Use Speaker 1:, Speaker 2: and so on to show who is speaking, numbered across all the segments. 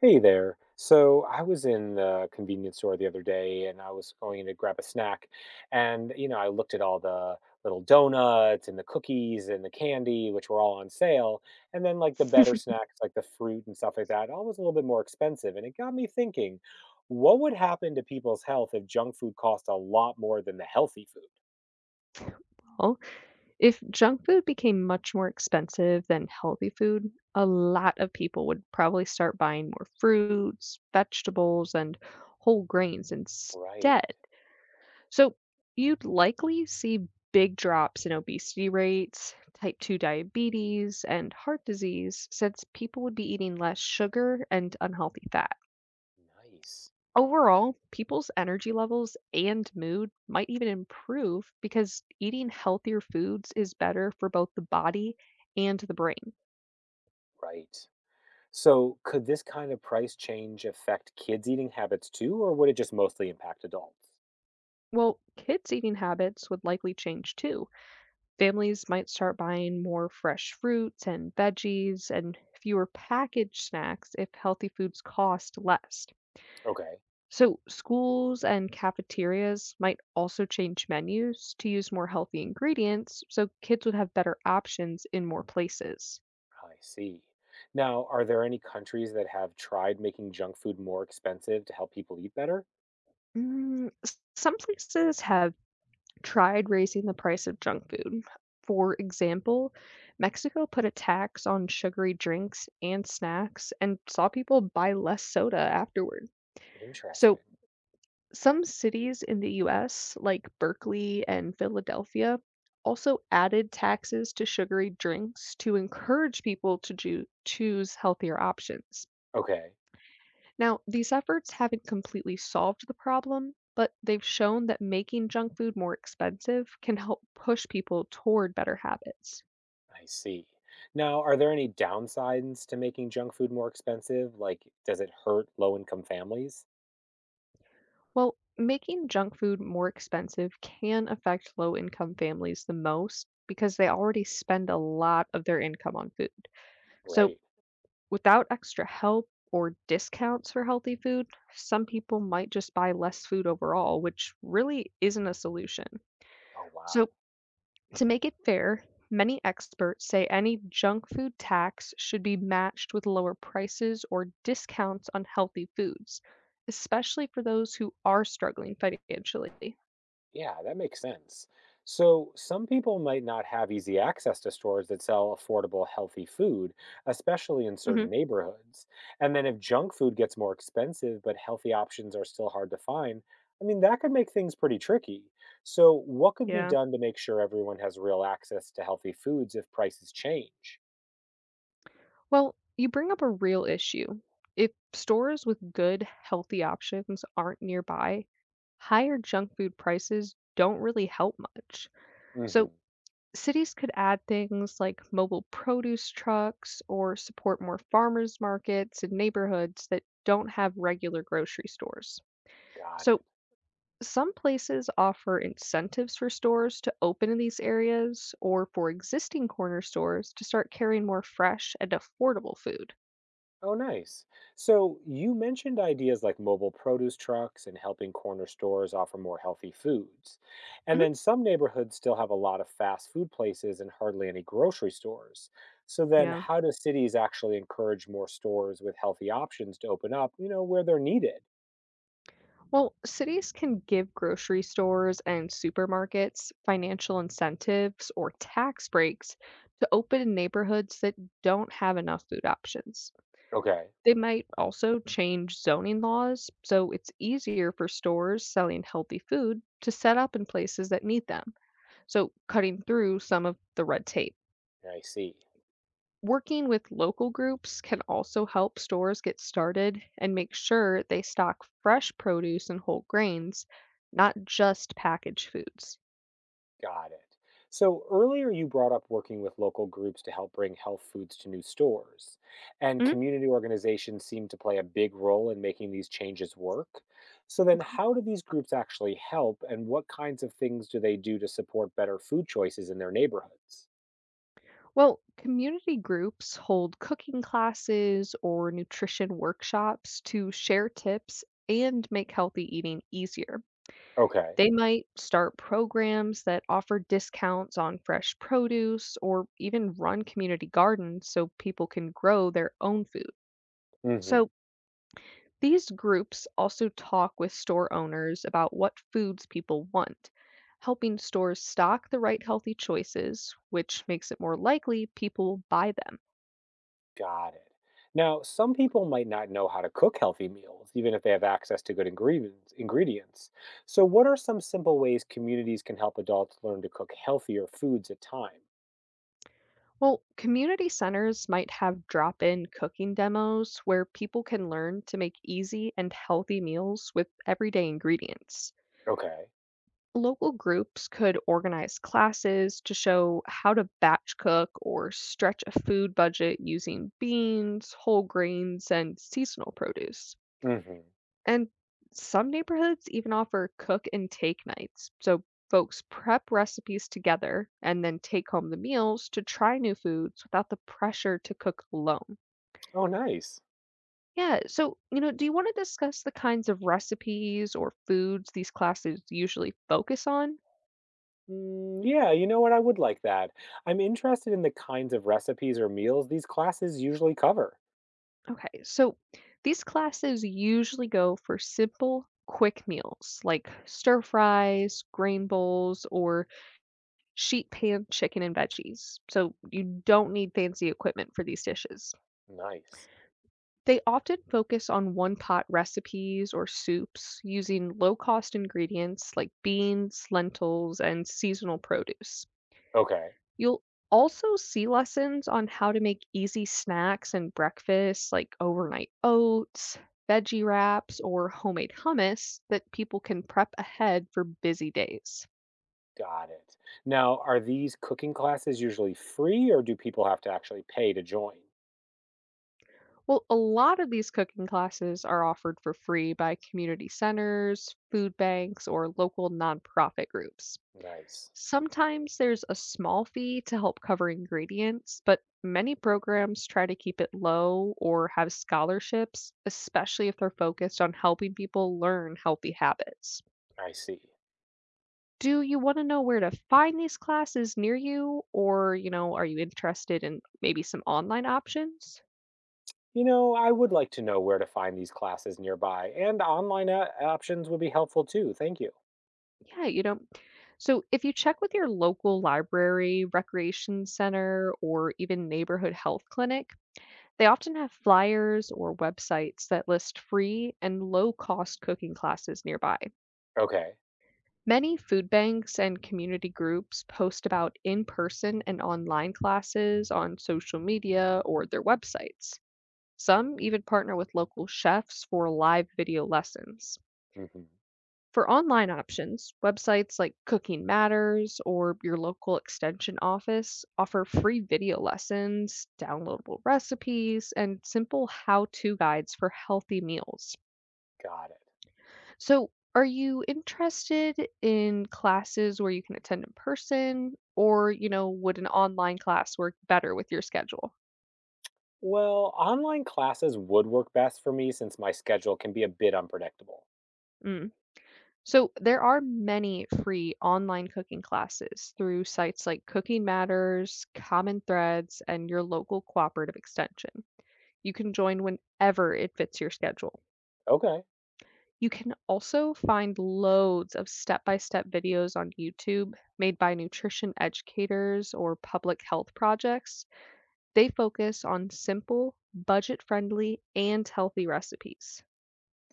Speaker 1: Hey there. So I was in the convenience store the other day and I was going to grab a snack. And, I looked at all the little donuts and the cookies and the candy, which were all on sale. And then, like, the better snacks, like the fruit and stuff like that, all was a little bit more expensive. And it got me thinking, what would happen to people's health if junk food cost a lot more than the healthy food?
Speaker 2: Well, if junk food became much more expensive than healthy food, a lot of people would probably start buying more fruits, vegetables, and whole grains
Speaker 1: Right.
Speaker 2: instead. So you'd likely see big drops in obesity rates, type 2 diabetes, and heart disease since people would be eating less sugar and unhealthy fat.
Speaker 1: Nice.
Speaker 2: Overall, people's energy levels and mood might even improve because eating healthier foods is better for both the body and the brain.
Speaker 1: Right. So, could this kind of price change affect kids' eating habits too, or would it just mostly impact adults?
Speaker 2: Well, kids' eating habits would likely change too. Families might start buying more fresh fruits and veggies and fewer packaged snacks if healthy foods cost less.
Speaker 1: Okay.
Speaker 2: So, schools and cafeterias might also change menus to use more healthy ingredients so kids would have better options in more places.
Speaker 1: I see. Now, are there any countries that have tried making junk food more expensive to help people eat better?
Speaker 2: Some places have tried raising the price of junk food. For example, Mexico put a tax on sugary drinks and snacks and saw people buy less soda afterward. So,
Speaker 1: Interesting.
Speaker 2: some cities in the US, like Berkeley and Philadelphia, also added taxes to sugary drinks to encourage people to choose healthier options.
Speaker 1: Okay.
Speaker 2: Now, these efforts haven't completely solved the problem, but they've shown that making junk food more expensive can help push people toward better habits.
Speaker 1: I see. Now, are there any downsides to making junk food more expensive? Like, does it hurt low income families?
Speaker 2: Well, making junk food more expensive can affect low income families the most because they already spend a lot of their income on food. So
Speaker 1: Right.
Speaker 2: without extra help or discounts for healthy food, some people might just buy less food overall, which really isn't a solution.
Speaker 1: Oh, wow.
Speaker 2: So, to make it fair, many experts say any junk food tax should be matched with lower prices or discounts on healthy foods, especially for those who are struggling financially.
Speaker 1: Yeah, that makes sense. So, some people might not have easy access to stores that sell affordable, healthy food, especially in
Speaker 2: Mhm.
Speaker 1: certain neighborhoods. And then, if junk food gets more expensive, but healthy options are still hard to find, I mean, that could make things pretty tricky. So, what could be
Speaker 2: Yeah.
Speaker 1: done to make sure everyone has real access to healthy foods if prices change?
Speaker 2: Well, you bring up a real issue. If stores with good, healthy options aren't nearby, higher junk food prices don't really help much.
Speaker 1: Hmm.
Speaker 2: So, cities could add things like mobile produce trucks or support more farmers markets in neighborhoods that don't have regular grocery stores.
Speaker 1: Got it.
Speaker 2: So, some places offer incentives for stores to open in these areas or for existing corner stores to start carrying more fresh and affordable food.
Speaker 1: Oh, nice. So you mentioned ideas like mobile produce trucks and helping corner stores offer more healthy foods. And
Speaker 2: Mhm.
Speaker 1: then some neighborhoods still have a lot of fast food places and hardly any grocery stores. So then
Speaker 2: Yeah.
Speaker 1: how do cities actually encourage more stores with healthy options to open up, where they're needed?
Speaker 2: Well, cities can give grocery stores and supermarkets financial incentives or tax breaks to open in neighborhoods that don't have enough food options.
Speaker 1: Okay.
Speaker 2: They might also change zoning laws so it's easier for stores selling healthy food to set up in places that need them, so cutting through some of the red tape.
Speaker 1: I see.
Speaker 2: Working with local groups can also help stores get started and make sure they stock fresh produce and whole grains, not just packaged foods.
Speaker 1: Got it. So earlier you brought up working with local groups to help bring health foods to new stores. And
Speaker 2: Hmm.
Speaker 1: community organizations seem to play a big role in making these changes work. So then
Speaker 2: Okay.
Speaker 1: how do these groups actually help and what kinds of things do they do to support better food choices in their neighborhoods?
Speaker 2: Well, community groups hold cooking classes or nutrition workshops to share tips and make healthy eating easier.
Speaker 1: Okay.
Speaker 2: They might start programs that offer discounts on fresh produce or even run community gardens so people can grow their own food.
Speaker 1: Mhm.
Speaker 2: So, these groups also talk with store owners about what foods people want, helping stores stock the right healthy choices, which makes it more likely people will buy them.
Speaker 1: Got it. Now, some people might not know how to cook healthy meals, even if they have access to good ingredients. Ingredients. So, what are some simple ways communities can help adults learn to cook healthier foods at time?
Speaker 2: Well, community centers might have drop in cooking demos where people can learn to make easy and healthy meals with everyday ingredients.
Speaker 1: Okay.
Speaker 2: Local groups could organize classes to show how to batch cook or stretch a food budget using beans, whole grains, and seasonal produce.
Speaker 1: Mm-hmm.
Speaker 2: And some neighborhoods even offer cook and take nights, so folks prep recipes together and then take home the meals to try new foods without the pressure to cook alone.
Speaker 1: Oh, nice.
Speaker 2: Yeah, so, you know, do you want to discuss the kinds of recipes or foods these classes usually focus on?
Speaker 1: Yeah, you know what? I would like that. I'm interested in the kinds of recipes or meals these classes usually cover.
Speaker 2: Okay, so these classes usually go for simple, quick meals like stir fries, grain bowls, or sheet pan chicken and veggies. So you don't need fancy equipment for these dishes.
Speaker 1: Nice.
Speaker 2: They often focus on one pot recipes or soups using low cost ingredients like beans, lentils, and seasonal produce.
Speaker 1: Okay.
Speaker 2: You'll also see lessons on how to make easy snacks and breakfasts like overnight oats, veggie wraps, or homemade hummus that people can prep ahead for busy days.
Speaker 1: Got it. Now, are these cooking classes usually free, or do people have to actually pay to join?
Speaker 2: Well, a lot of these cooking classes are offered for free by community centers, food banks, or local nonprofit groups.
Speaker 1: Nice.
Speaker 2: Sometimes there's a small fee to help cover ingredients, but many programs try to keep it low or have scholarships, especially if they're focused on helping people learn healthy habits.
Speaker 1: I see.
Speaker 2: Do you want to know where to find these classes near you or, you know, are you interested in maybe some online options?
Speaker 1: You know, I would like to know where to find these classes nearby, and online options would be helpful too. Thank you.
Speaker 2: Yeah, you know. So if you check with your local library, recreation center, or even neighborhood health clinic, they often have flyers or websites that list free and low cost cooking classes nearby.
Speaker 1: Okay.
Speaker 2: Many food banks and community groups post about in person and online classes on social media or their websites. Some even partner with local chefs for live video lessons.
Speaker 1: Hmm.
Speaker 2: For online options, websites like Cooking Matters or your local extension office offer free video lessons, downloadable recipes, and simple how to guides for healthy meals.
Speaker 1: Got it.
Speaker 2: So, are you interested in classes where you can attend in person, or, you know, would an online class work better with your schedule?
Speaker 1: Well, online classes would work best for me since my schedule can be a bit unpredictable.
Speaker 2: Mm. So there are many free online cooking classes through sites like Cooking Matters, Common Threads, and your local cooperative extension. You can join whenever it fits your schedule.
Speaker 1: Okay.
Speaker 2: You can also find loads of step by step videos on YouTube made by nutrition educators or public health projects. They focus on simple, budget friendly, and healthy recipes.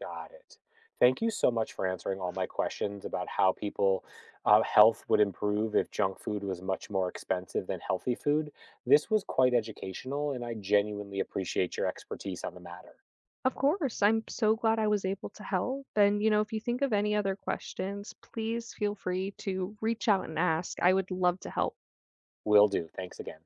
Speaker 1: Got it. Thank you so much for answering all my questions about how people health would improve if junk food was much more expensive than healthy food. This was quite educational, and I genuinely appreciate your expertise on the matter.
Speaker 2: Of course, I'm so glad I was able to help. And, you know, if you think of any other questions, please feel free to reach out and ask. I would love to help.
Speaker 1: Will do. Thanks again.